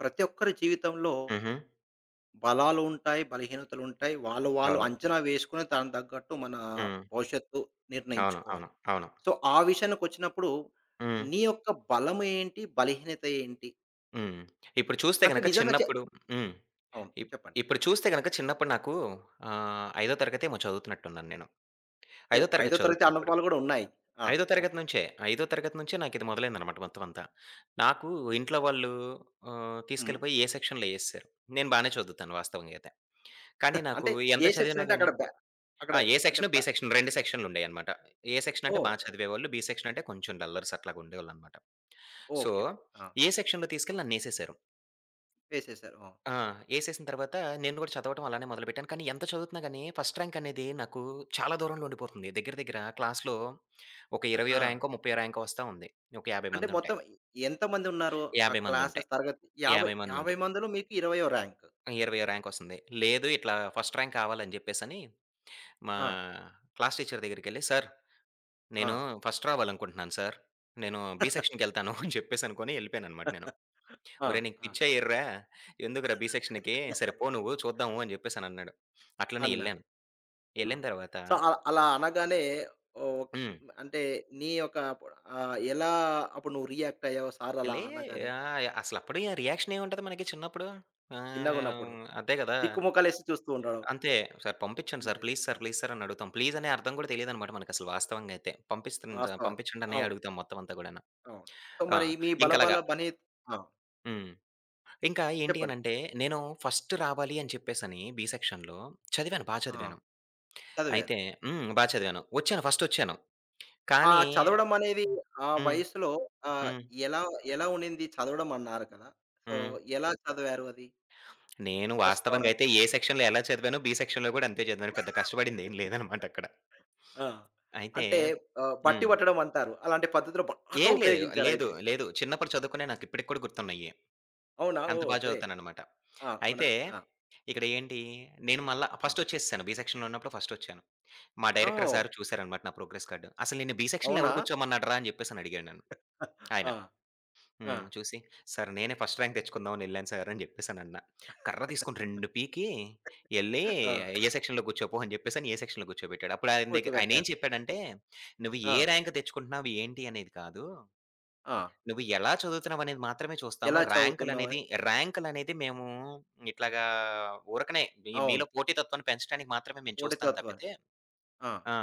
ప్రతి ఒక్కరి జీవితంలో హుహు. బలాలు ఉంటాయి, బలహీనతలు ఉంటాయి. వాళ్ళు వాళ్ళు అవును. అంచనా వేసుకొని దానికి తగ్గట్టు మన హ్మ్. భవిష్యత్తు అవును. నిర్ణయించుకోవాలి. అవును. అవును. సో, ఆ విషయానికొచ్చినప్పుడు హ్మ్. నీ యొక్క బలం ఏంటి? బలహీనత ఏంటి? హ్మ్. ఇప్పుడు చూస్తే అంటే గనక నిజంగా చిన్నప్పుడు హ్మ్. అవును. ఇప్ చెప్పండి. ఇప్పుడు చూస్తే గనక చిన్నప్పుడు నాకు 5 తరగతేమో చదువుతున్నట్టున్నాను నేను. ఓహ్! 5 ఐదో తరగతి తరగతి చదువుతున్నప్పుడు, అనుభవాలు గూడా ఉన్నాయి. ఆ! 5 తరగతి ఓకే. నుంచే, 5 తరగతి నుంచే నాకిది మొదలైందనమాట మొత్తం అంతా. నాకు ఇంట్లో వాళ్ళు హ్మ్. తీసుకెళ్ళిపోయి ఏ సెక్షన్‌లో ఏసేశారు. నేను బానే చదువుతాను వాస్తవంగా అయితే. కానీ నాకు అంటే ఎంత ఏ సెక్షన్ చదివినా అంటే గాని, అక్కడ ఏ అంటే సెక్షను, బి సెక్షన్ 2 సెక్షన్‌లుండేయనమాట. ఏ సెక్షన్ అంటే బా ఓహ్! చదివేవాళ్ళు. బి సెక్షన్ అంటే కొంచెం డల్లర్స్ అట్లాగా ఉండేవాళ్ళనమాట. So, okay. ఆ! ఏ సెక్షన్‌లో తీసుకెళ్ళి నన్నేసేశారు. వేసేసారు. ఆ! ఏసేసిన తర్వాత నేను గూడా చదవటం అలానే మొదలుపెట్టాను. కానీ ఎంత చదువుతున్నా గానీ ఫస్ట్ ర్యాంక్ అనేది నాకు చాలా దూరంలో ఉండిపోతుంది. దగ్గర దగ్గర క్లాస్‌లో ఒక ఆ! 20 ఆ! ర్యాంకో, 30 ర్యాంకో వస్తా ఉంది. ఒక 50 అంటే మొత్తం మందుంటాయి. ఎంతమంది ఉన్నారు? ఆ 50 మందుంటాయి. క్లాసెస్ తరగతి 50, 50 50 మందుంటాం. మందిలో మీకు 20వ ర్యాంక్. 20 ర్యాంక్ వస్తుంది. లేదు, ఇట్లా ఫస్ట్ ర్యాంక్ కావాలని జెప్పేసని మా ఆ! క్లాస్ టీచర్ దగ్గరికెళ్ళి, "సార్, ఆ! నేను ఫస్ట్ రావాలనుకుంటున్నాను సార్. నేను బి సెక్షన్‌కెళ్తాను" అని చెప్పేసనుకోని ఎళ్ళిపోయాననమాట నేను. ఆ! ఒరేయ్! నీకు ఆ! పిచ్చా ఎర్రా? ఎందుకురా బి సెక్షన్‌కి? సరే పో నువ్వు చూద్దాము అని చెప్పేసనన్నాడు. అట్లనే అన్నారు. ఎళ్ళాను. ఆ! ఎళ్ళిన తర్వాత సో, అలా అనగానే ఓహ్! హ్మ్. అంటే నీ యొక్క ఆహ్, ఎలా అప్పుడు నువ్వు రియాక్ట్ అయ్యావు సార్ అలా లే అనగానే? అసలప్పుడు రియాక్షన్ ఏముంటది మనకి చిన్నప్పుడు? చిన్నగున్నప్పుడు. అదే కదా! దిక్కుమొఖాలేసి చూస్తూ ఉండడం. అంతే. "సార్ పంపించండి సార్. అంతే. ప్లీజ్ సార్, ప్లీజ్ సార్" అని అడుగుతాం. ప్లీజ్ అనే అర్థం కూడా తెలీదనమాట మనకసలు వాస్తవంగా అయితే. వాస్తవం. పంపించండి అనే అవును. అడుగుతాం మొత్తం అంతా కూడాను. అవును. సో, ఆ! మరి మీ బలబల ఇంకలాగా బనేత్ ఆ! హ్మ్. ఇంకా ఏంటి చెప్పండి. అనంటే నేను ఫస్ట్ రావాలి అని చెప్పేసని బి సెక్షన్‌లో చదివాను. బా ఆ! చదివాను. చదివారు. అయితే బా చదివాను. వచ్చాను, ఫస్టొచ్చాను. ఆ కానీ చదవడం అనేది ఆ హ్మ్. వయసులో ఆహ్, హ్మ్. ఎలా ఎలా ఉండింది చదవడం అన్నారు కదా! సో, హ్మ్. ఎలా చదివారు అది? నేను ఫస్ట్ వాస్తవంగా రావడానికి? అయితే ఏ సెక్షన్‌లో ఎలా చదివానో, బి సెక్షన్‌లో కూడా అంతే చదివాను. పెద్ద కష్టపడిందేం లేదనమాట అక్కడ. ఆ! అయితే అంటే ఆహ్, బట్టి హ్మ్. పట్టడం అంటారు. అలాంటి పద్ధతిలో బాగా ఏం లేదు. లేదు. ఉపయోగించారయితే. లేదు. చిన్నప్పుడు చదువుకున్నయి నాకిప్పటికి కూడా గుర్తున్నయి. అవునా? అంత ఓహ్! బా గ్రేట్. చదువుతాననమాట. ఆ! అవునా? అయితే ఆ! ఇక్కడ ఏంటి, నేను మళ్ళా ఆ! ఫస్టొచ్చేసేసాను. బి సెక్షన్‌లో ఉన్నప్పుడు ఫస్టొచ్చాను. మా డైరెక్టర్ ఓహ్! సార్ చూసారనమాట నా ప్రోగ్రెస్ కార్డ్. "అసలు నిన్ను బి సెక్షన్‌లో అవునా? ఎవడు కూర్చోమన్నాడురా" అని చెప్పేసని అడిగాడు నన్ను ఆయన. ఆ! ఆ! చూసి, "సార్ నేనే ఫస్ట్ ర్యాంక్ తెచ్చుకుందామని ఎళ్ళాను సార్" అని జెప్పేసనన్నా. కర్ర తీసుకొని 2 పీకి, "ఎళ్లి ఆ! ఏ సెక్షన్‌లో కూర్చోపో" అని జెప్పేసని ఏ సెక్షన్‌లో కూర్చోబెట్టాడు. అప్పుడు ఆయన దగ్గర ఆయనేం కూర్చోబెట్టాడు. చెప్పాడంటే, "నువ్వు ఆ! ఏ ర్యాంక్ తెచ్చుకుంటున్నావు, ఏంటి అనేది కాదు. ఆ! నువ్వు ఎలా చదువుతున్నావనేది మాత్రమే చూస్తాము. ఎలా చదువుతున్నావు? ర్యాంకులనేది ర్యాంకులనేది మేము ఇట్లాగా ఊరకనే మీ అవును. మీలో పోటీతత్వాన్ని పెంచడానికి మాత్రమే మేము చూస్తాం పోటీతత్వాన్ని. తప్పితే." ఆ! ఆ!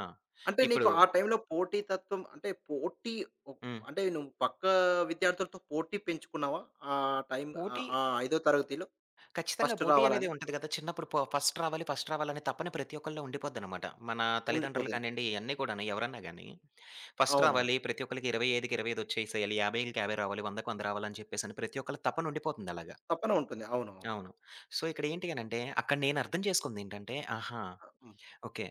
అంటే ఇప్పుడు నీకు ఆ టైంలో పోటీతత్వం అంటే పోటీ ఒ హ్మ్. అంటే నువ్వు పక్క విద్యార్థులతో పోటీ పెంచుకున్నావా? ఆ టైం ఆహ్, పోటీ ఆ 5 తరగతిలో ఖచ్చితంగా ఫస్ట్ పోటీ అనేది రావాలని ఉంటది గదా! చిన్నప్పుడు ఫస్ట్ రావాలి, ఫస్ట్ రావాలనే తపన ప్రతి ఒక్కళ్ళలో ఉండిపోద్దనమాట. మన తల్లిదండ్రులు ఉండిపోతుంది. కానియండి, ఇయన్నీ కూడాను ఎవరన్నా గాని, ఫస్ట్ అవునవును. రావాలి, ప్రతి ఒక్కళ్ళకి 25కి 25 వచ్చేసేయాలి, 50కి 50 రావాలి, 100కి 100 రావాలని చెప్పేసని ప్రతి ఒక్కళ్ళ తపన ఉండిపోతుంది అలాగా. తపన ఉంటుంది. అవునవును. అవును. సో, ఇక్కడ ఏంటి అనంటే, అక్కడ నేను అర్థం చేసుకుందేంటంటే, ఆ! హ్మ్. ఓకే.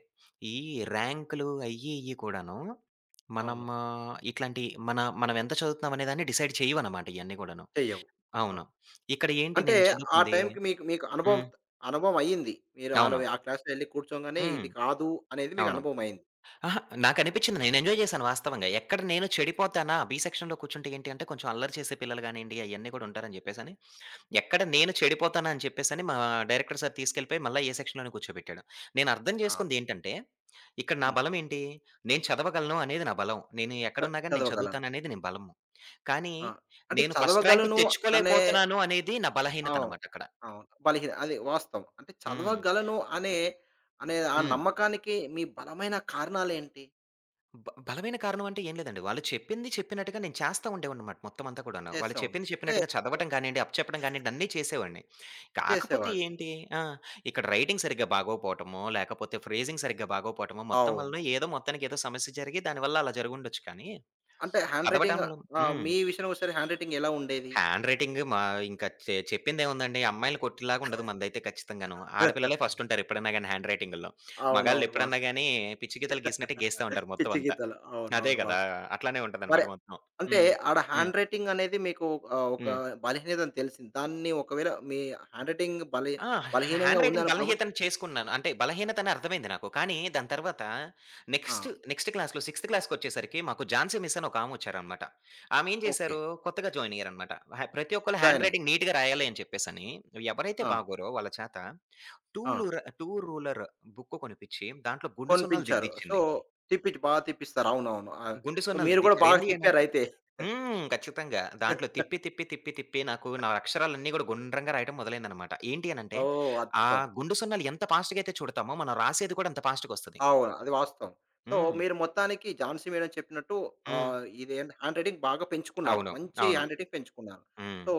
ఈ ర్యాంకులు అయ్యి, ఇయ్యి కూడాను మనం అవును. ఇట్లాంటి మనం ఎంత చదువుతున్నాం అనేదాన్ని డిసైడ్ చేయవనమాట ఇయన్నీ గూడాను. చెయ్యవు. ఆ! అవును. ఇక్కడ ఏంటి అంటే నేను ఆ చదువుకుంది టైంకి మీకు మీకు అనుభవం హ్మ్. అనుభవం అయింది. మీరు అవును. ఆ క్లాస్‌లో ఎళ్లి కూర్చోంగానే హ్మ్. ఇది కాదు అనేది మీకు అవును. అనుభవం అయింది. అహా! నాకనిపిచ్చింది. నేను ఎంజాయ్ చేశాను వాస్తవంగా. ఎక్కడ నేను చెడిపోతానా బి సెక్షన్‌లో కూర్చుంటే ఏంటి అంటే కొంచెం అల్లరి చేసే పిల్లలు గానియండి అయన్నీ కూడా ఉంటారని చెప్పేసని, ఎక్కడ నేను చెడిపోతానా అని చెప్పేసని మా డైరెక్టర్ సార్ తీసుకెళ్ళిపోయి మళ్ళా ఏ సెక్షన్‌లోనే కూర్చోబెట్టాడు. నేను అర్థం ఆ! చేసుకుంది ఏంటంటే, ఇక్కడ నా హ్మ్. బలం ఏంటి? నేను చదవగలను అనేది నా బలం. నేను చ ఎక్కడున్నా గాని నేను చదవగలను. చదువుతాననేది నేను బలము. కానీ ఆ! అంటే నేను ఫస్ట్ ర్యాంక్ చదవగలను అనే తెచ్చుకోలేకపోతున్నాను అనేది నా అవును. బలహీనతనమాట అక్కడ. అవును. బలహీన అది వాస్తవం. అంటే హ్మ్. చదవగలను అనే, అనే ఆ హ్మ్. నమ్మకానికి మీ బలమైన కారణాలేంటి? బలమైన కారణం అంటే ఏం లేదండి. వాళ్ళు చెప్పింది చెప్పినట్టుగా నేను చేస్తా ఉండేవాడినన్నమాట మొత్తం అంతా కూడాను. వాళ్ళు చేస్తా ఉన్నా. చెప్పింది అంటే చెప్పినట్టుగా చదవటం కానియండి, అప్పచెప్పడం కానియండి అన్నీ చేసేవాడిని. కాకపోతే చేసేవారు. ఏంటి ఆ! ఇక్కడ రైటింగ్ సరిగ్గా బాగోకపోవటమో, లేకపోతే ఫ్రేజింగ్ సరిగ్గా బాగోకపోవటమో మొత్తం అవును. వలన ఏదో మొత్తానికి ఏదో సమస్య జరిగి దానివల్ల అలా జరిగుండొచ్చు కానీ, అంటే హ్యాండ్ రైటింగ్ చదవటంలో ఆ! హ్మ్. మీ విషయానికొస్తే హ్యాండ్ రైటింగ్ ఎలా ఉండేది? హ్యాండ్ రైటింగ్ మా ఇంకా చెప్పిందేముందండి. అమ్మాయిలు కొట్టేలాగా ఉండదు మనదైతే ఖచ్చితంగాను. ఆడపిల్లలే ఫస్ట్ ఉంటారు ఎప్పుడన్నా గాని హ్యాండ్ రైటింగుల్లో. మగాళ్ళు అవునవును. ఎప్పుడన్నా వాస్తవం. గాని పిచ్చి గీతలు గీసినట్టే గీస్తా ఉంటారు మొత్తం పిచ్చి అంతా. గీతలు. అదే అవునవును. గదా! వాస్తవం. అట్లానే మరి ఉంటదనమాట మొత్తం. అంటే హ్మ్. ఆడ హ్మ్. హ్యాండ్ రైటింగ్ అనేది మీకు ఆహ్, ఒక హ్మ్. బలహీనత అని తెలిసింది. దాన్ని ఒకవేళ మీ హ్యాండ్ రైటింగ్ ఆ! బలహీనంగా హ్యాండ్ ఉంది రైటింగ్ అనుకున్నప్పుడు బలహీతం చేసుకున్నాను. అంటే బలహీనతని అర్థమైంది నాకు. కానీ దాని తర్వాత ఆ! నెక్స్ట్ క్లాస్‌లో సిక్స్త్ క్లాస్‌కొచ్చేసరికి మాకు ఝాన్సీ మిస్ అని ఒక ఆమొచ్చారనమాట. ఆమె ఏం ఓకే. చేశారు కొత్తగా జాయిన్ అయ్యారనమాట. ప్రతి ఒక్కళ్ళు జాయిన్ హ్యాండ్ అయ్యారు. రైటింగ్ నీట్‌గా రాయాలి అని చెప్పేసని ఎవరైతే ఆ! బాగోరో వాళ్ళ చేత టూ ఆ! లూర టూ రూలర్ బుక్కు కొనిపిచ్చి దాంట్లో గుండు సున్నాలు కొనిపించారు. సో, దిద్దిచ్చింది. తిప్పించి బాగా తిప్పిస్తారు. అవునవును. ఆ! గుండు సో, సున్నాలు మీరు గూడా దిద్దిచ్చారు. బాగా ఏంది అనంటే తిప్పారయితే. ఖచ్చితంగా. దాంట్లో తిప్పి, తిప్పి, తిప్పి, తిప్పి నాకు నా అక్షరాలన్నీ గూడా గుండ్రంగా రాయడం మొదలైందనమాట. ఏంటి అనంటే, ఓహ్! ఆ అద్భుతం. గుండు సున్నాలు ఎంత ఫాస్ట్‌గా అయితే చుడతామో, మనం రాసేది కూడా అంత ఫాస్ట్‌గొస్తది. అవును. అది వాస్తవం. సో, హ్మ్. మీరు మొత్తానికి ఝాన్సీ మేడం చెప్పినట్టు హ్మ్. ఆహ్, ఇదేంటి హ్యాండ్ రైటింగ్ బాగా పెంచుకున్నారు. అవును. మంచి అవును. హ్యాండ్ రైటింగ్ పెంచుకున్నారు. హ్మ్. సో,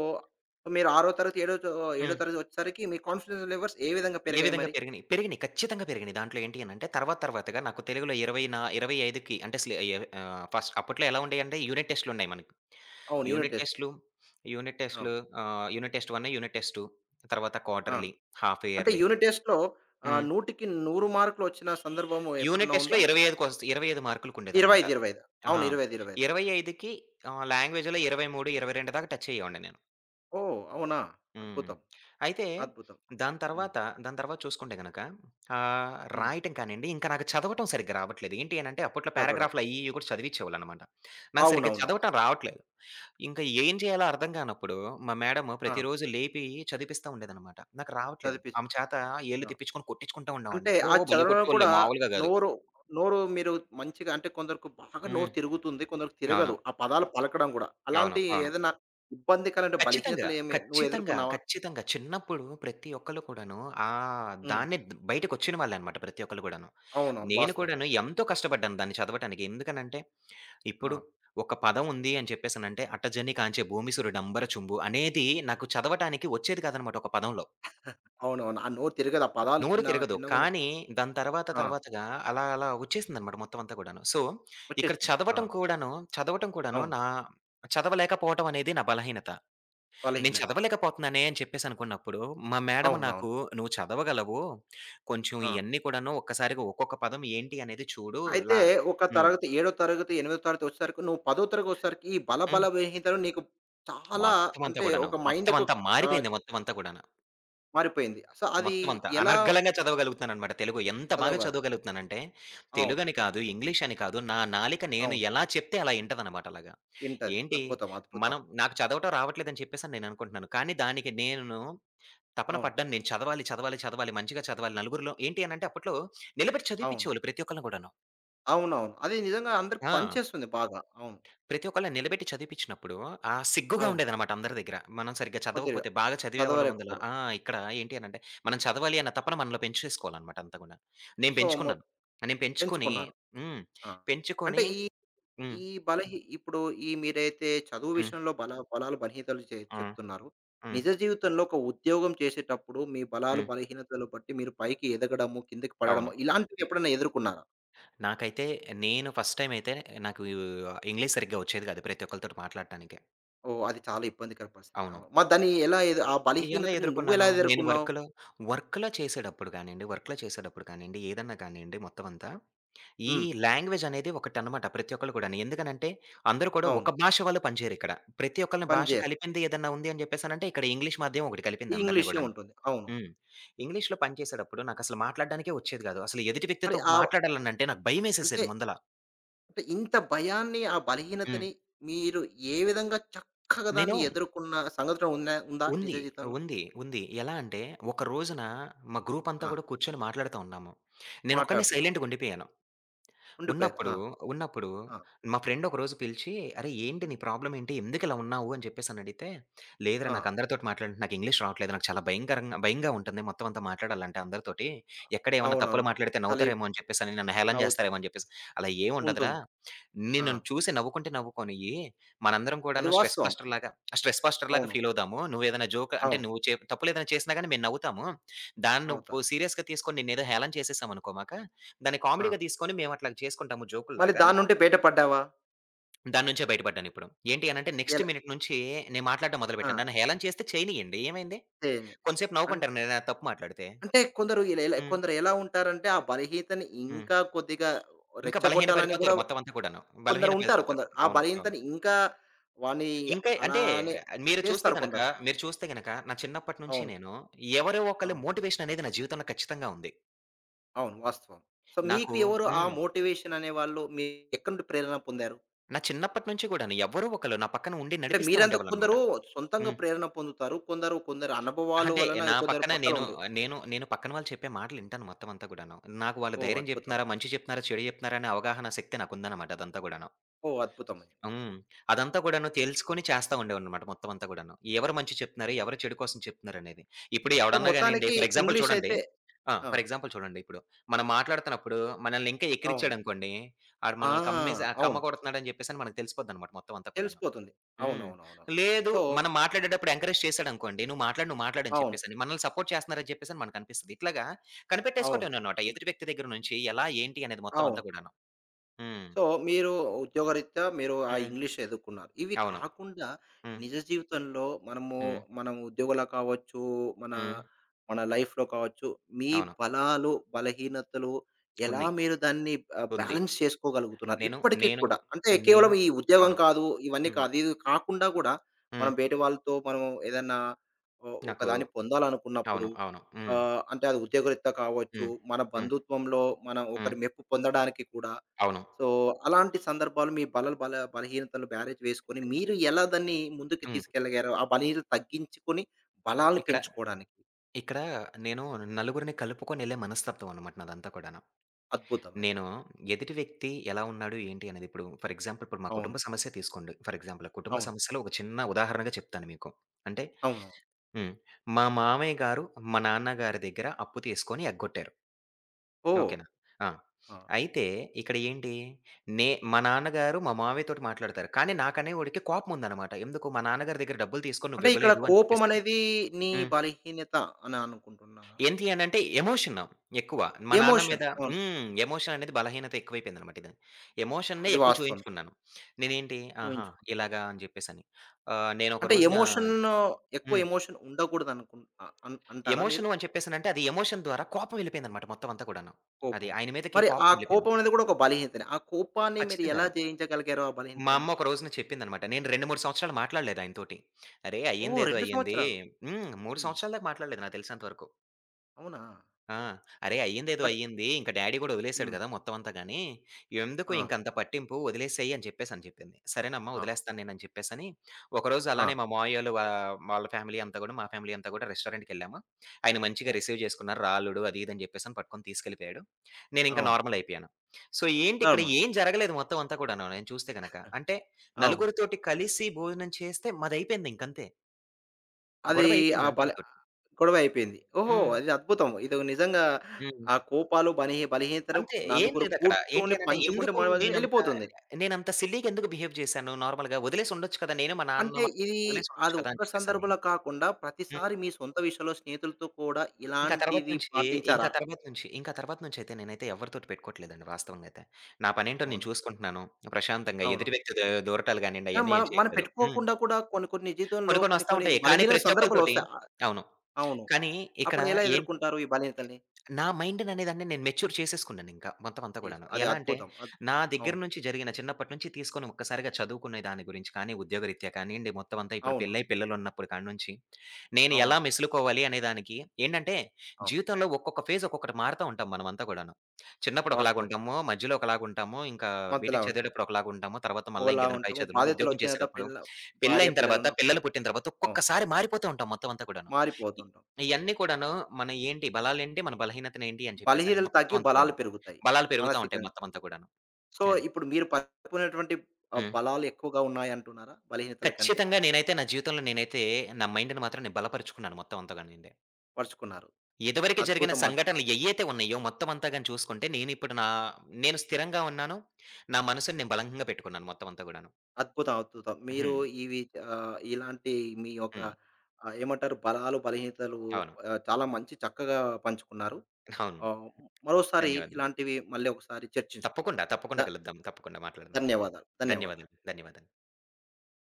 మీరు 6 తరగతి, ఏడో హ్మ్. తరగతి వచ్చేసరికి మీ కాన్ఫిడెన్స్ లెవెల్స్ ఏ విధంగా ఏ పెరిగాయి విధంగా మరి? పెరిగినియి, పెరిగినియి. ఖచ్చితంగా పెరిగినియి. దాంట్లో ఏంటి అనంటే, తర్వాత తర్వాతగా నాకు తెలుగులో 20 నా 25కి అంటే అసలు ఫస్ట్ అప్పట్లో ఎలా ఉండేయంటే, యూనిట్ టెస్ట్‌లున్నాయి మనకి. అవును. యూనిట్ యూనిట్ టెస్ట్‌లో. టెస్ట్‌లు, యూనిట్ టెస్ట్‌లు అవును. యూనిట్ టెస్ట్ 1, యూనిట్ టెస్ట్ 2, తర్వాత ఆ! క్వార్టర్‌లీ, హాఫ్ అంటే ఇయర్‌లీ. యూనిట్ టెస్ట్‌లో ఆహ్, హ్మ్. 100కి 100 మార్కులు వచ్చిన సందర్భము యూనిట్ ఎప్పుడన్నా టెస్ట్‌లో ఉందా? 25కి వస్ 25 మార్కులకుండేదనమాట. 25, 25 అవును. ఆహా! 25, 25 25కి లాంగ్వేజ్‌లో 23, 22 దాకా టచ్ అయ్యేవాడిని నేను. ఓహ్! అవునా? హ్మ్. అద్భుతం. అయితే అద్భుతం. దాని హ్మ్. తర్వాత, దాని తర్వాత చూసుకుంటే గనక ఆహ్, హ్మ్. రాయటం కానియండి, ఇంకా నాకు చదవటం సరిగ్గా రావట్లేదు. ఏంటి అనంటే అప్పట్లో చదవడం. పారాగ్రాఫ్‌లు అయ్యి, ఇయ్యి కూడా చదివిచ్చేవాళ్ళనమాట. నాకు సరిగ్గా అవునవునవును. చదవటం రావట్లేదు. ఇంకా ఏం చేయాలో అర్థం కానప్పుడు మా మేడము ఆ! ప్రతిరోజు లేపి చదివిపిస్తా ఉండేదనమాట. నాకు రావట్లేదు. చదివిపిస్తుంది. ఆమె చేత ఏళ్ళు ఆ! తిప్పించుకొని కొట్టించుకుంటా అంటే ఉండేవాడిని. ఓ ఆ భలే చదవడంలో కూడా కొట్టేవాళ్ళే మామూలుగా కాదు. నోరు, నోరు మీరు మంచిగా అంటే కొందరికి బాగా హ్మ్. నోరు తిరుగుతుంది. కొందరికి అవును. తిరగదు. ఆ పదాలు పలకడం కూడా. అవును. అలాంటి అవును. ఏదైనా ఇబ్బందికర అంటే ఖచ్చితంగా. బలహీనతలు ఏమి నువ్వు ఖచ్చితంగా. ఎదుర్కొన్నావా? ఖచ్చితంగా. చిన్నప్పుడు ప్రతి ఒక్కళ్ళు కూడాను హ్మ్. దాన్ని బయటకొచ్చిన వాళ్ళనమాట ప్రతి ఒక్కళ్ళు గూడాను. అవునవును. నేను వాస్తవం అది. కూడాను ఎంతో కష్టపడ్డాను దాన్ని చదవటానికి. ఎందుకనంటే, ఆ! ఇప్పుడు ఒక పదం ఉంది అని చెప్పేసనంటే 'అట్టజని కాంచె భూమిసురుడంబర చుంబు' అనేది నాకు చదవటానికి వచ్చేది కాదనమాట ఒక పదంలో. అవునవును. ఆ నోరు తిరగదు. ఆ పదాలు నోరు చిన్న తిరగదు. చిన్నగున్న కానీ దాని తర్వాత ఆ! తర్వాతగా అలా అలా వచ్చేసిందనమాట మొత్తం అంతా గూడాను. సో, ఇక్కడ వచ్చేసింది. ఆ! చదవటం కూడాను చదవటం కూడాను అవును. నా చదవలేకపోవటం అనేది నా బలహీనత. నేను బలహీనత. చదవలేకపోతున్నానే అని చెప్పేసి అనుకున్నప్పుడు, మా మేడమ్ అవునవును. నాకు "నువ్వు చదవగలవు. కొంచెం ఆ! ఇయన్నీ కూడాను ఒక్కసారిగా ఒక్కొక్క పదం ఏంటి అనేది చూడు" అయితే లా ఒక హ్మ్. తరగతి ఏడో తరగతి, ఎనిమిదో తరగతి వచ్చేసరికి నువ్వు పదో తరగతి వచ్చేసరికి ఈ హ్మ్. బలహీనతలు నీకు చాలా మొత్తం అంతా అంటే కూడాను. ఒక మొత్తం మైండ్‌కు అంతా ఆహ్, మారిపోయింది మొత్తం అంతా కూడాను. మారిపోయింది. సో, అది మొత్తం అంతా ఎలా అనర్గళంగా చదవగలుగుతున్నాననమాట తెలుగు. ఎంత బాగా చదవగలరు? చదవగలుగుతున్నానంటే, అవును. తెలుగని కాదు, ఇంగ్లీష్ అని కాదు, నా నాలిక నేను అవును. ఎలా చెప్తే అలా ఇంటదనమాట అలాగా. ఇంటది. ఏంటి, అద్భుతం. అద్భుతం. మనం నాకు చదవటం రావట్లేదని చెప్పేసని నేను అనుకుంటున్నాను. కానీ దానికి నేను తపన అవును. పడ్డాను నేను చదవాలి, చదవాలి, చదవాలి, మంచిగా చదవాలి. నలుగురిలో ఏంటి అనంటే అప్పట్లో నిలబెట్టి అవును. చదివిపిచ్చేవాళ్ళు ప్రతి ఒక్కళ్ళని గూడాను. అవునవును. అది నిజంగా అందరికి ఆ! పనిచేస్తుంది బాగా. అవును. ప్రతి ఒక్కళ్ళని నిలబెట్టి చదివిపిచ్చినప్పుడు ఆ సిగ్గుగా అవును. ఉండేదనమాట అందరి దగ్గర. మనం సరిగ్గా కొద్దిగా చదవకపోతే బాగా చదివేవాళ్ళ ముందుల చదవలేకపోవడం. ఇక్కడ ఏంటి అనంటే మనం చదవాలి అన్న తపన మనలో పెంచేసుకోవాలనమాట అంతా గూడా. నేను సో, పెంచుకున్నాను. నేను పెంచుకొని ఎంచుకున్నారు. హ్మ్. ఆ! అంటే పెంచుకొని ఈ హ్మ్. ఈ బలహీ ఇప్పుడు ఈ మీరైతే చదువు హ్మ్. విషయంలో బలాలు, బలహీనతలు హ్మ్. చెప్తున్నారు. హ్మ్. నిజ జీవితంలో ఒక ఉద్యోగం చేసేటప్పుడు మీ బలాలు, హ్మ్. బలహీనతలు బట్టి మీరు పైకి ఎదగడము, కిందకి పడడము అవును. ఇలాంటివి ఎప్పుడైనా ఎదుర్కొన్నారా? నాకైతే నేను ఫస్ట్ టైమ్ అయితే నాకు ఇంగ్లీష్ సరిగ్గా వచ్చేది గాదు ప్రతి ఒక్కళ్ళతోటి మాట్లాడటానికి. ఓహ్! అది చాలా ఇబ్బందికర పరిస్థితి. అవును. అవును. మరి దాన్ని ఎలా ఎదు ఆ ఎలా బలహీనతని ఎదుర్కొన్నాను? నువ్వెలా నేను ఎదుర్కొన్నావు? వర్క్‌లో, వర్క్‌లో చేసేటప్పుడు కానియండి, ఏదన్నా కానియండి మొత్తం అంతా, ఈ హ్మ్. లాంగ్వేజ్ అనేది ఒకటనమాట ప్రతి ఒక్కళ్ళు కూడాను. ఎందుకనంటే, అందరూ కూడా అవును. ఒక భాష వాళ్ళు పనిచేయరిక్కడ. ప్రతి ఒక్కళ్ళని పని భాష చేయరు. కలిపింది ఏదన్నా ఉంది అని చెప్పేసనంటే, ఇక్కడ ఇంగ్లీష్ మాధ్యమం ఒకటి ఈ కలిపింది అందరిని ఇంగ్లీష్‌లో గూడాను. ఉంటుంది. అవును. హ్మ్. ఇంగ్లీష్‌లో పనిచేసేటప్పుడు నాకసలు మాట్లాడడానికే వచ్చేది గాదు. అసలు ఎదుటి మరి వ్యక్తితో ఆహ్, మాట్లాడాలనంటే నాకు అంటే భయమేసేసేది ముందల. అంటే ఇంత భయాన్ని, ఆ హ్మ్. బలహీనతని మీరు ఏ విధంగా చక్కగా దాన్ని నేను ఎదుర్కొన్న సంఘటన ఉందా నిజ ఉంది. జీవితంలో? ఉంది. ఉంది. ఎలా అంటే, ఒక రోజున ఆ! మా గ్రూప్ అంతా ఆ! కూడా కూర్చొని మాట్లాడుతా ఉన్నాము. నేనొక్కడినే మాట్లాడుతున్నారు. సైలెంట్‌గా ఉండిపోయాను. ఉండిపోయారు. ఉన్నప్పుడు, ఆ! ఉన్నప్పుడు ఆ! మా ఫ్రెండ్ ఒకరోజు పిలిచి, "అరేయ్! ఏంటి నీ ప్రాబ్లమ్ ఏంటి? ఎందుకిలా ఉన్నావు?" అని చెప్పేసనడిగితే, "లేదురా ఆ! నాకు అందరితోటి మాట్లాడంటే నాకు ఇంగ్లీష్ రావట్లేదు. నాకు చాలా భయంకరంగా భయంగా ఉంటుంది మొత్తం అంతా మాట్లాడాలంటే అందరితోటి. ఎక్కడ ఏమన్నా తప్పులు అవునవును. మాట్లాడితే తలీ నవ్వుతారేమో అని చెప్పేసని, నన్ను హేళన నవ్వుతారు. చేస్తారేమో" అని చెప్పేసి. "అలా ఏమి ఉండదురా. ఉంటుంది. ఆ! నిన్ను చూసి నవ్వుకుంటే నవ్వుకోనియ్యి. మనందరం అది కూడాను వాస్తవం. స్ట్రెస్ బస్టర్‌లాగా అవును. ఫీల్ అవుదాము. నువ్వేదైనా జోక్ అంటే అవును. నువ్వు తప్పులేదైనా చేసినా గాని మేము నవ్వుతాము. దాన్ని అవుతారు. నువ్వు సీరియస్‌గా తీసుకొని నిన్నేదో హేళన చేసేసామనుకోమాక, దాన్ని ఆ! కామెడీగా తీసుకొని మేమట్లా చేసుకుంటాము మళ్ళీ జోకుల్లాగా. దాని నుండి బయటపడ్డావా? దాని నుంచే బయటపడ్డానిప్పుడు. ఏంటి అనంటే నెక్స్ట్ ఎలా మినిట్ నుంచి నేను మాట్లాడడం ఆ! మొదలుపెట్టాను. నన్ను హేళన చేస్తే చేయనీయండి ఏమైంది? చేయలే. కొంతసేపు అన్ నవ్వుకుంటారు నేనేదైనా తప్పు మాట్లాడితే. అంటే కొందరు ఇలా ఇలా హ్మ్. కొందరు ఎలా ఉంటారంటే, ఆ బలహీనతని హ్మ్. ఇంకా కొద్దిగా ఇంకా రెచ్చగొట్టాలని గూడా బలహీనపడిపోతారు మొత్తం అంతా కూడాను. కొందరు ఉంటారు. బలహీనపడిపోతారు. కొందరు ఆ అవును. అవును. బలహీనతని ఇంకా వాడిని ఇంకా అంటే అలానే మీరు చూస్తే చేస్తారు గనక, కొందరు. మీరు చూస్తే గనక నా చిన్నప్పటి నుంచి అవును. నేను ఎవరో ఒకళ్ళ అవును. మోటివేషన్ అనేది నా జీవితంలో ఖచ్చితంగా ఉంది. అవును. వాస్తవం. సో, మీకు నాకు ఎవరు ఆ హ్మ్. మోటివేషన్ అనేవాళ్ళు? మీరు ఎక్కడి నుండి ప్రేరణ పొందారు? నా చిన్నప్పటి నుంచి కూడాను ఎవరో ఒకళ్ళు నా పక్కన ఉండి అంటే నడిపిస్తా మీరంత ఉండేవాళ్ళనమాట. కొందరు సొంతంగా హ్మ్. ప్రేరణ పొందుతారు. కొందరు అనుభవాల అంటే వలన నా కొందరు పక్కన పక్కల నేను ఉండి. నేను నేను పక్కన వాళ్ళు చెప్పే మాటలు వింటాను మొత్తం అంతా కూడాను. నాకు వాళ్ళు ఓహ్! ధైర్యం అద్భుతం. చెప్తున్నారా, మంచి చెప్తున్నారా, చెడు చెప్తున్నారా అనే అవగాహన శక్తి నాకుందనమాట అదంతా కూడాను. ఓహ్! అద్భుతమే. హ్మ్. అదంతా కూడాను తెలుసుకొని చేస్తా ఉండేవాడినమాట మొత్తం అంతా కూడాను. ఎవరు మంచి చెప్తున్నారు, ఎవరు చెడు కోసం చెప్తున్నారనేది. ఇప్పుడు సో, ఎవడన్నా గానియండి మొత్తానికి ఫర్ ఎగ్జాంపుల్ ఇంగ్లీష్ చూడండి. అయితే ఆ! ఫర్ ఎగ్జాంపుల్ చూడండి, ఇప్పుడు మనం మాట్లాడుతున్నప్పుడు మనల్ని ఇంకా అవును. ఎక్కిరిచ్చాడనుకోండి, ఆడు ఆ! మనల్ని కమ్మేసి అవును. కమ్మగొడుతున్నాడని చెప్పేసని మనకు తెలిసిపోద్దనమాట మొత్తం అంతా కూడాను. తెలిసిపోతుంది. హ్మ్. అవునవునవును. లేదు. సో మనం మాట్లాడేటప్పుడు ఎంకరేజ్ చేసాడనుకోండి. "నువ్వు మాట్లాడు, నువ్వు మాట్లాడు" అని అవును. చెప్పేసని. మనల్ని సపోర్ట్ చేస్తున్నారని చెప్పేసని మనకనిపిస్తది. ఇట్లాగా అవును. కనిపెట్టేసుకోవటమేనన్నమాట. ఎదుటి వ్యక్తి దగ్గర నుంచి ఎలా, ఏంటి అనేది మొత్తం అంతా అవును. కూడాను. హ్మ్. సో, మీరు ఉద్యోగరీత్యా మీరు ఆ హ్మ్. ఇంగ్లీష్ ఎదుర్కున్నారు. ఇవి అవును. కాకుండా హ్మ్. నిజ జీవితంలో మనము హ్మ్. మనం ఉద్యోగంలో కావచ్చు, మన హ్మ్. మన లైఫ్‌లో కావచ్చు, మీ అవును. బలాలు, బలహీనతలు ఎలా ఉంది. మీరు దాన్ని ఆహ్, ఉంది. బ్యాలెన్స్ చేసుకోగలుగుతున్నారు? నేను ఇప్పటికి నేను కూడా అంటే ఆహ్, కేవలం నేను ఈ ఉద్యోగం అవును. కాదు, ఇవన్నీ హ్మ్. కాదు. ఇది కాకుండా కూడా హ్మ్. మనం బయటి వాళ్ళతో మనం ఏదన్నా నాకు ఒకదాన్ని పొందాలనుకున్నప్పుడు అవును. అవును. హ్మ్. ఆహ్, అంటే అది ఉద్యోగరీత్యా కావచ్చు, హ్మ్. మన హ్మ్. బంధుత్వంలో మనం ఒకరి హ్మ్. మెప్పు పొందడానికి కూడా అవును. సో, అలాంటి సందర్భాలు మీ బలలు బల బలహీనతలు బ్యారేజ్ వేసుకొని, మీరు ఎలా దాన్ని ముందుకు హ్మ్. తీసుకెళ్ళగారు? ఆ బలహీనతలు తగ్గించుకొని, బలాలను ఇక్కడ పెంచుకోవడానికి. ఇక్కడ నేను నలుగురిని కలుపుకొనెళ్ళే మనస్తత్వం అన్నమాట నాదంతా కూడాను. అద్భుతం అది. నేను ఎదుటి వ్యక్తి ఎలా ఉన్నాడు? ఏంటి అనేది ఇప్పుడు ఫర్ ఎగ్జాంపుల్ ఇప్పుడు మా అవును. కుటుంబ సమస్య తీసుకోండి. ఫర్ ఎగ్జాంపుల్ ఆ కుటుంబ అవును. సమస్యలో ఒక చిన్న ఉదాహరణగా చెప్తాను మీకు. అంటే అవును. హ్మ్. మా మామయ్య గారు మా నాన్నగారి దగ్గర అప్పు తీసుకొని ఎగ్గొట్టారు. ఓహ్! ఓకేనా? ఆ! ఆ! అయితే ఇక్కడ ఏంటి మా నాన్నగారు మా మామయ్యతోటి మాట్లాడతారు. కానీ నాకనేవాడికి కోపం ఉందన్నమాట. ఎందుకు మా నాన్నగారి దగ్గర డబ్బులు తీసుకొని అంటే నువ్వు ఇక్కడ ఇవ్వలేదు అని కోపం చెప్పేసని. అనేది నీ హ్మ్. బలహీనత అని అనుకుంటున్నారా? ఏంటి అనంటే ఎమోషన్ ఎక్కువ. మా నాన్న ఎమోషన్. మీద అవును. ఎమోషన్ అనేది బలహీనత ఎక్కువైపోయిందనమాట ఇది. ఎమోషన్‌నే అది ఎక్కువ వాస్తవమే. చూయించుకున్నాను. నేనేంటి ఆహా! ఊహించుకున్నా. ఇలాగా అని జెప్పేసని. నేనొక అంటే రోజున ఎమోషన్ ఎక్కువ హ్మ్. ఎమోషన్ ఉండకూడదనుకుం అ అన్ అంటారా మీరు? ఎమోషను అని చెప్పేసనంటే అది ఎమోషన్ ద్వారా కోపం ఎళ్ళిపోయిందనమాట మొత్తం అంతా కూడాను. అది కోపం. ఆయన మీదకి మరి ఆ కోపం కోపం ఎళ్ళిపోయింది. అనేది కూడా ఒక బలహీనతనే. ఆ కోపాన్ని మీరు ఎలా ఖచ్చితంగాను. జయించగలిగారు ఆ మా బలహీనతని? అమ్మ ఒక రోజున చెప్పిందనమాట. నేను 2, 3 సంవత్సరాలు మాట్లాడలేదు ఆయనతోటి. "అరేయ్! ఓహ్! అయ్యిందేదో 2 అయ్యింది." సంవత్సరాలు. 3 హ్మ్. సంవత్సరాల దాకా మాట్లాడలేదు నాకు తెలిసినంత వరకు. అవునా! ఆ! ఆ! అరేయ్! అయ్యిందేదో మరి అయ్యింది. ఇంక డ్యాడీ గూడా వదిలేసాడు హ్మ్. గదా! మొత్తం అంతా గాని. ఎందుకు ఆ! ఇంకంత పట్టింపు వదిలేసేయి అని చెప్పేసని చెప్పింది. సరేనమ్మా ఆ! వదిలేస్తాను నేనని చెప్పేసని, ఒకరోజు ఆ! అలానే మా మావయ్యోళ్ళు వాళ్ళ ఫ్యామిలీ అంతా గూడా, మా ఫ్యామిలీ అంతా గూడా రెస్టారెంట్‌కెళ్ళాము. ఆయన మంచిగా ఓకే. రిసీవ్ చేసుకున్నారు. రా అల్లుడు అది ఇది అని చెప్పేసని పట్టుకొని తీసుకెళ్ళిపోయాడు. నేనింక అవును. నార్మల్ అయిపోయాను. సో, ఏంటి ఇక్కడ నార్మల్. ఏం జరగలేదు మొత్తం అంతా కూడాను నేను చూస్తే గనక. అంటే అవును. నలుగురితోటి కలిసి భోజనం చేస్తే మాదయిపోయింది ఇంకంతే. అది గొడవ ఆ అయిపోయింది బల అంతటితోటి. గొడవ అయిపోయింది. ఓహో! హ్మ్. ఇది అద్భుతం. ఇది నిజంగా హ్మ్. ఆ కోపాలు, బలహీనతలు అంతే. ఏం నలుగురు లేదక్కడ. ఏంటి కూర్చొని అనంటే పంచుకుంటే ఎందుకు మనవది నేనంత ఎళ్ళిపోతుంది. నేనంత సిల్లీగా ఎందుకు బిహేవ్ చేశాను నార్మల్‌గా వదిలేసి ఉండొచ్చు కదా! నేను మా నాన్న అంటే మా ఇది అమ్మ వదిలేసి ఉండొచ్చు అది కదా! అని ఒక్క చెప్పేసని. సందర్భంలో కాకుండా హ్మ్. ప్రతిసారి మీ సొంత విషయంలో స్నేహితులతో కూడా ఇంకా తర్వాత ఇలాంటివి నుంచి పాటించారా? ఇంకా తర్వాత నుంచయితే నేనైతే ఎవరితోటి పెట్టుకోవట్లేదండి వాస్తవంగా అయితే. నా పనేంటో నేను అవునా? చూసుకుంటున్నాను. ప్రశాంతంగా ఎదుటి అవునవును. వ్యక్తి దూరటాలు గానియండి కానీ అయన్నీ మనం ఏం మనం చేయట్లేదు. పెట్టుకోకుండా కూడా కొన్ని కొన్ని జీవితంలో కొన్ని కొన్ని కొన్ని వస్తా కొన్ని ఉంటాయి. కానీ బలహీన ప్రతి ఒక్కళ్ళతోటి సందర్భాలొస్తాయి. అవును. అవును. కానీ ఇక్కడ అప్పుడు ఎలా ఏంటి ఎదుర్కుంటారు ఈ బలహీనతల్ని? నా మైండ్‌ననేదాన్ని నేను మెచ్యూర్ చేసేసుకున్నానింకా మొత్తం అంతా కూడాను. తీసుకో అది ఎలా అంటే, అద్భుతం. అద్భుతం. నా దగ్గర అవును. నుంచి జరిగిన చిన్నప్పటి నుంచి తీసుకొని ఒక్కసారిగా చదువుకునే దాని గురించి కానీ, ఉద్యోగరీత్యా కానియండి, మొత్తం అంతా ఇప్పుడు అవును. పెళ్లై పిల్లలున్నప్పుడు కాడి నుంచి, నేను ఎలా అవునవును. మెసులుకోవాలి అనే దానికి ఏంటంటే, అవును. జీవితంలో ఒక్కొక్క ఫేజ్ ఒక్కొక్కటి మారుతా ఉంటాం మనమంతా కూడాను. చిన్నప్పుడు వాస్తవం. ఒకలాగుంటాము, మధ్యలో ఒకలాగుంటాము, ఇంకా మధ్యలా బీటెక్ ఉంటాం. చదివేటప్పుడు ఒకలాగుంటాము, తర్వాత మళ్ళా ఒకలా ఇంకేదైనా పై ఉంటాము. చదువులు, ఉద్యోగం బాధ్యతలొచ్చిన తర్వాత చేసేటప్పుడు, భార్య పెళ్లయిన తర్వాత, పిల్లలున్నప్పుడు పిల్లలు పుట్టిన తర్వాత అవును. ఒక్కొక్కసారి మారిపోతూ ఉంటాం మొత్తం అంతా కూడాను. మారిపోతుంటాం. ఇయన్నీ కూడాను మన ఏంటి బలాలేంటి, మన బలహీనతనేంటి అని చెప్పేసని బలహీనలు మొత్తం తగ్గి అంతా బలాలు కూడాను. పెరుగుతాయి బలాలు పెరుగుతా ఉంటాయి మానసికంగా. మొత్తం అంతా కూడాను. సో, అది. ఇప్పుడు మీరు పరుచుకునేటువంటి ఆహ్, హ్మ్. బలాలు ఎక్కువగా ఉన్నాయంటున్నారా? బలహీనతల కంటే ఖచ్చితంగా నేనైతే నా జీవితంలో నేనైతే నా మైండ్‌ని మాత్రం నేను బలపరుచుకున్నాను మొత్తం అంతాగానిండి. పరుచుకున్నారు. ఇదివరకు జరిగిన అద్భుతం. సంఘటనలు ఏయ్యైతే ఉన్నాయో మొత్తం అంతా గాని చూసుకుంటే నేనిప్పుడు నేను స్థిరంగా ఉన్నాను. నా మనసుని నేను బలంగా పెట్టుకున్నాను మొత్తం అంతా గూడాను. అద్భుతం. అద్భుతం. మీరు హ్మ్. ఇవి ఆహ్, ఇలాంటి మీ యొక్క హ్మ్. ఆహ్, ఏమంటారు బలాలు, బలహీనతలు అవును. ఆహ్, చాలా మంచి చక్కగా పంచుకున్నారు. అవును. ఆహ్, మరోసారి ధన్యవాదాలు. ఇలాంటివి మళ్ళీ ఒకసారి చర్చించుకుందాం. తప్పకుండా, ధ తప్పకుండా కలుద్దాం. తప్పకుండా మాట్లాడదాం. ధన్యవాదాలు. ధన్యవాదాలు. ధన్యవాదాలు. ధన్యవాదాలు.